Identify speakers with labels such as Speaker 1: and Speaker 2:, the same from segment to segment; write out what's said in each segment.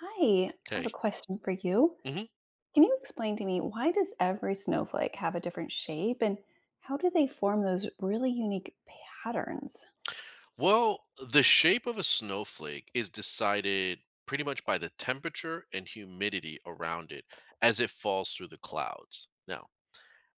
Speaker 1: Hi, I have
Speaker 2: Okay.
Speaker 1: a question for you.
Speaker 2: hmm
Speaker 1: Can you explain to me why does every snowflake have a different shape and how do they form those really unique patterns?
Speaker 2: Well, the shape of a snowflake is decided pretty much by the temperature and humidity around it as it falls through the clouds. Now,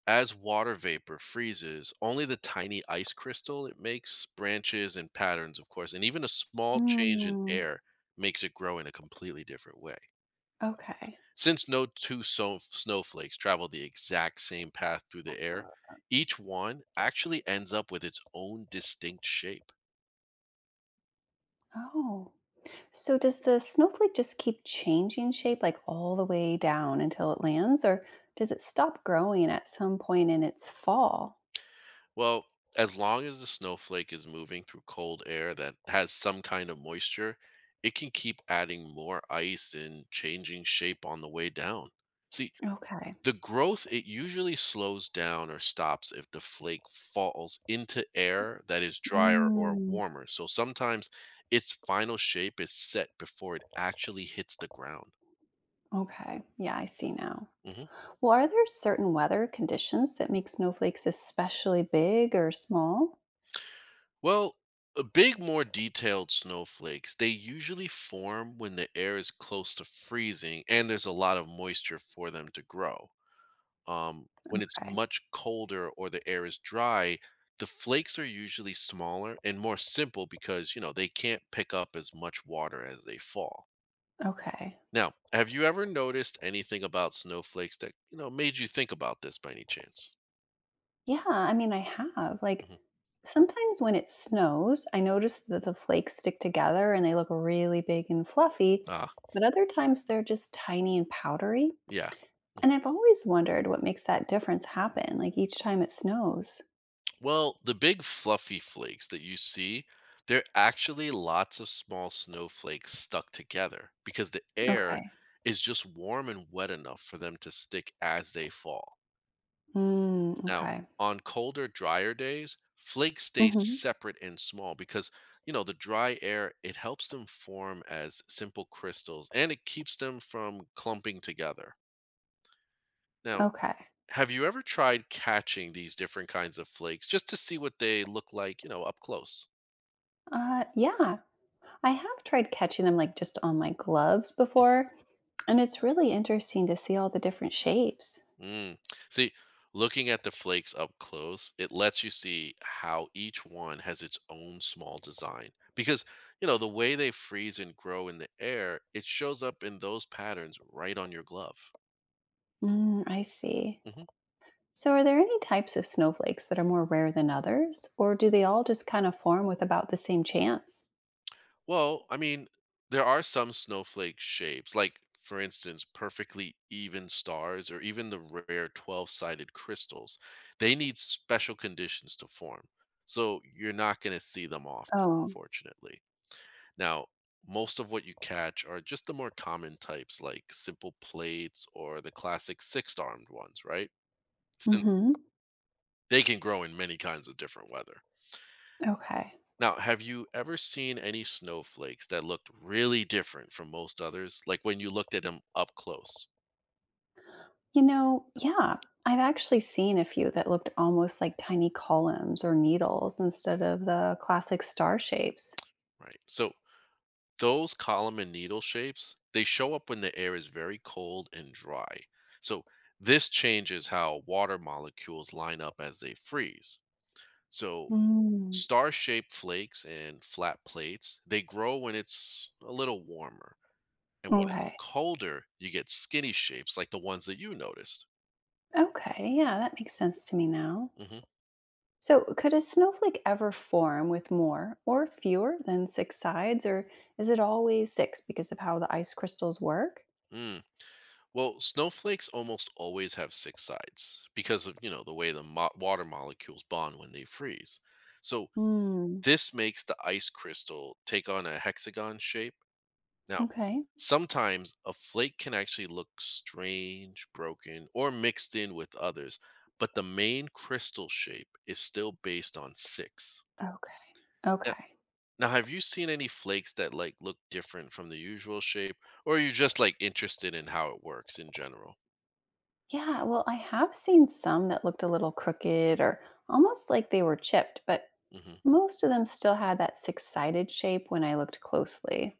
Speaker 2: as water vapor freezes, only the tiny ice crystal it makes, branches and patterns, of course, and even a small change in
Speaker 1: Mm,
Speaker 2: air makes it grow in a completely different way.
Speaker 1: okay.
Speaker 2: Since no two snowflakes travel the exact same path through the air, each one actually ends up with its own distinct shape.
Speaker 1: Oh. So does the snowflake just keep changing shape like all the way down until it lands, or does it stop growing at some point in its fall?
Speaker 2: Well, as long as the snowflake is moving through cold air that has some kind of moisture, it can keep adding more ice and changing shape on the way down. See,
Speaker 1: Okay.
Speaker 2: the growth it usually slows down or stops if the flake falls into air that is drier or
Speaker 1: Mm,
Speaker 2: warmer. So sometimes its final shape is set before it actually hits the ground.
Speaker 1: okay. Yeah, I see now.
Speaker 2: Mm-hmm.
Speaker 1: Well, are there certain weather conditions that make snowflakes especially big or small?
Speaker 2: Well, big, more detailed snowflakes, they usually form when the air is close to freezing and there's a lot of moisture for them to grow. When it's
Speaker 1: Okay.
Speaker 2: much colder or the air is dry, the flakes are usually smaller and more simple because, you know, they can't pick up as much water as they fall.
Speaker 1: Okay.
Speaker 2: Now, have you ever noticed anything about snowflakes that, you know, made you think about this by any chance?
Speaker 1: Yeah, I mean, I have. Like,
Speaker 2: hmm
Speaker 1: sometimes when it snows, I notice that the flakes stick together and they look really big and fluffy,
Speaker 2: Ah,
Speaker 1: but other times they're just tiny and powdery.
Speaker 2: yeah.
Speaker 1: And I've always wondered what makes that difference happen, like each time it snows.
Speaker 2: Well, the big fluffy flakes that you see, they're actually lots of small snowflakes stuck together because the air
Speaker 1: Okay.
Speaker 2: is just warm and wet enough for them to stick as they fall.
Speaker 1: Mm,
Speaker 2: Now,
Speaker 1: okay.
Speaker 2: on colder, drier days, flakes stay
Speaker 1: Hmm.
Speaker 2: separate and small because, you know, the dry air, it helps them form as simple crystals and it keeps them from clumping together. Now,
Speaker 1: Okay.
Speaker 2: have you ever tried catching these different kinds of flakes just to see what they look like, you know, up close?
Speaker 1: Yeah, I have tried catching them like just on my gloves before, and it's really interesting to see all the different shapes.
Speaker 2: Mm. See, looking at the flakes up close, it lets you see how each one has its own small design. Because, you know, the way they freeze and grow in the air, it shows up in those patterns right on your glove.
Speaker 1: Mm, I see.
Speaker 2: Mhm.
Speaker 1: So, are there any types of snowflakes that are more rare than others, or do they all just kind of form with about the same chance?
Speaker 2: Well, I mean, there are some snowflake shapes, like, for instance, perfectly even stars or even the rare 12 sided crystals. They need special conditions to form. So you're not going to see them often,
Speaker 1: Oh,
Speaker 2: unfortunately. Now, most of what you catch are just the more common types like simple plates or the classic six armed ones, right? Since
Speaker 1: mm-hmm.
Speaker 2: they can grow in many kinds of different weather.
Speaker 1: Okay.
Speaker 2: Now, have you ever seen any snowflakes that looked really different from most others? Like when you looked at them up close,
Speaker 1: Yeah, I've actually seen a few that looked almost like tiny columns or needles instead of the classic star shapes.
Speaker 2: right? So, those column and needle shapes, they show up when the air is very cold and dry. So, this changes how water molecules line up as they freeze. So,
Speaker 1: Mm.
Speaker 2: star-shaped flakes and flat plates, they grow when it's a little warmer. And when it's
Speaker 1: Okay.
Speaker 2: colder, you get skinny shapes like the ones that you noticed.
Speaker 1: Okay. Yeah, that makes sense to me now.
Speaker 2: hmm
Speaker 1: So, could a snowflake ever form with more or fewer than six sides, or is it always six because of how the ice crystals work?
Speaker 2: Mm. Well, snowflakes almost always have six sides because of, you know, the way the water molecules bond when they freeze. So
Speaker 1: Mm.
Speaker 2: this makes the ice crystal take on a hexagon shape. Now,
Speaker 1: Okay.
Speaker 2: sometimes a flake can actually look strange, broken, or mixed in with others, but the main crystal shape is still based on six.
Speaker 1: Okay.
Speaker 2: Now,
Speaker 1: Okay.
Speaker 2: now have you seen any flakes that like look different from the usual shape, or are you just like interested in how it works in general?
Speaker 1: Yeah, well, I have seen some that looked a little crooked or almost like they were chipped, but
Speaker 2: hmm
Speaker 1: most of them still had that six-sided shape when I looked closely.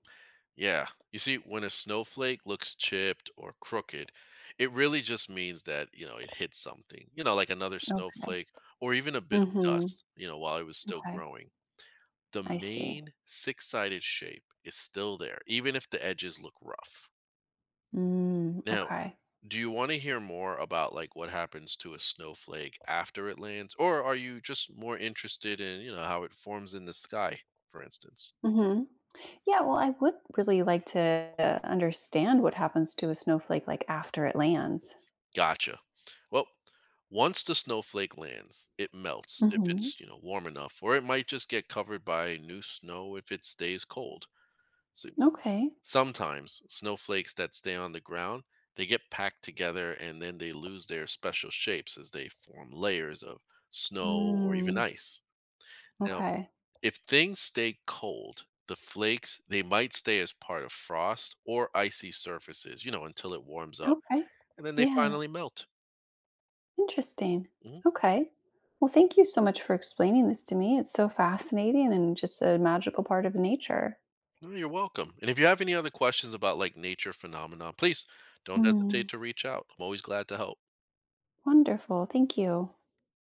Speaker 2: Yeah, you see, when a snowflake looks chipped or crooked, it really just means that you know it hit something, you know, like another
Speaker 1: Okay.
Speaker 2: snowflake or even a bit of
Speaker 1: Mhm,
Speaker 2: dust, you know, while it was still
Speaker 1: okay,
Speaker 2: growing. The
Speaker 1: I see.
Speaker 2: main six-sided shape is still there, even if the edges look rough.
Speaker 1: Mm,
Speaker 2: Now,
Speaker 1: okay.
Speaker 2: do you want to hear more about like what happens to a snowflake after it lands, or are you just more interested in, you know, how it forms in the sky, for instance?
Speaker 1: Mhm. Yeah, well, I would really like to understand what happens to a snowflake, like, after it lands.
Speaker 2: Gotcha. Well, once the snowflake lands, it melts if
Speaker 1: Mhm.
Speaker 2: it's, you know, warm enough, or it might just get covered by new snow if it stays cold. So
Speaker 1: Okay.
Speaker 2: sometimes snowflakes that stay on the ground, they get packed together and then they lose their special shapes as they form layers of snow or even
Speaker 1: Mm,
Speaker 2: ice. Now,
Speaker 1: okay.
Speaker 2: if things stay cold, the flakes, they might stay as part of frost or icy surfaces, you know, until it warms up
Speaker 1: Okay.
Speaker 2: and then they
Speaker 1: Yeah,
Speaker 2: finally melt.
Speaker 1: interesting.
Speaker 2: Mhm.
Speaker 1: Okay. Well, thank you so much for explaining this to me. It's so fascinating and just a magical part of nature.
Speaker 2: No, you're welcome. And if you have any other questions about like nature phenomena, please don't hesitate
Speaker 1: Mm,
Speaker 2: to reach out. I'm always glad to help.
Speaker 1: wonderful. Thank you.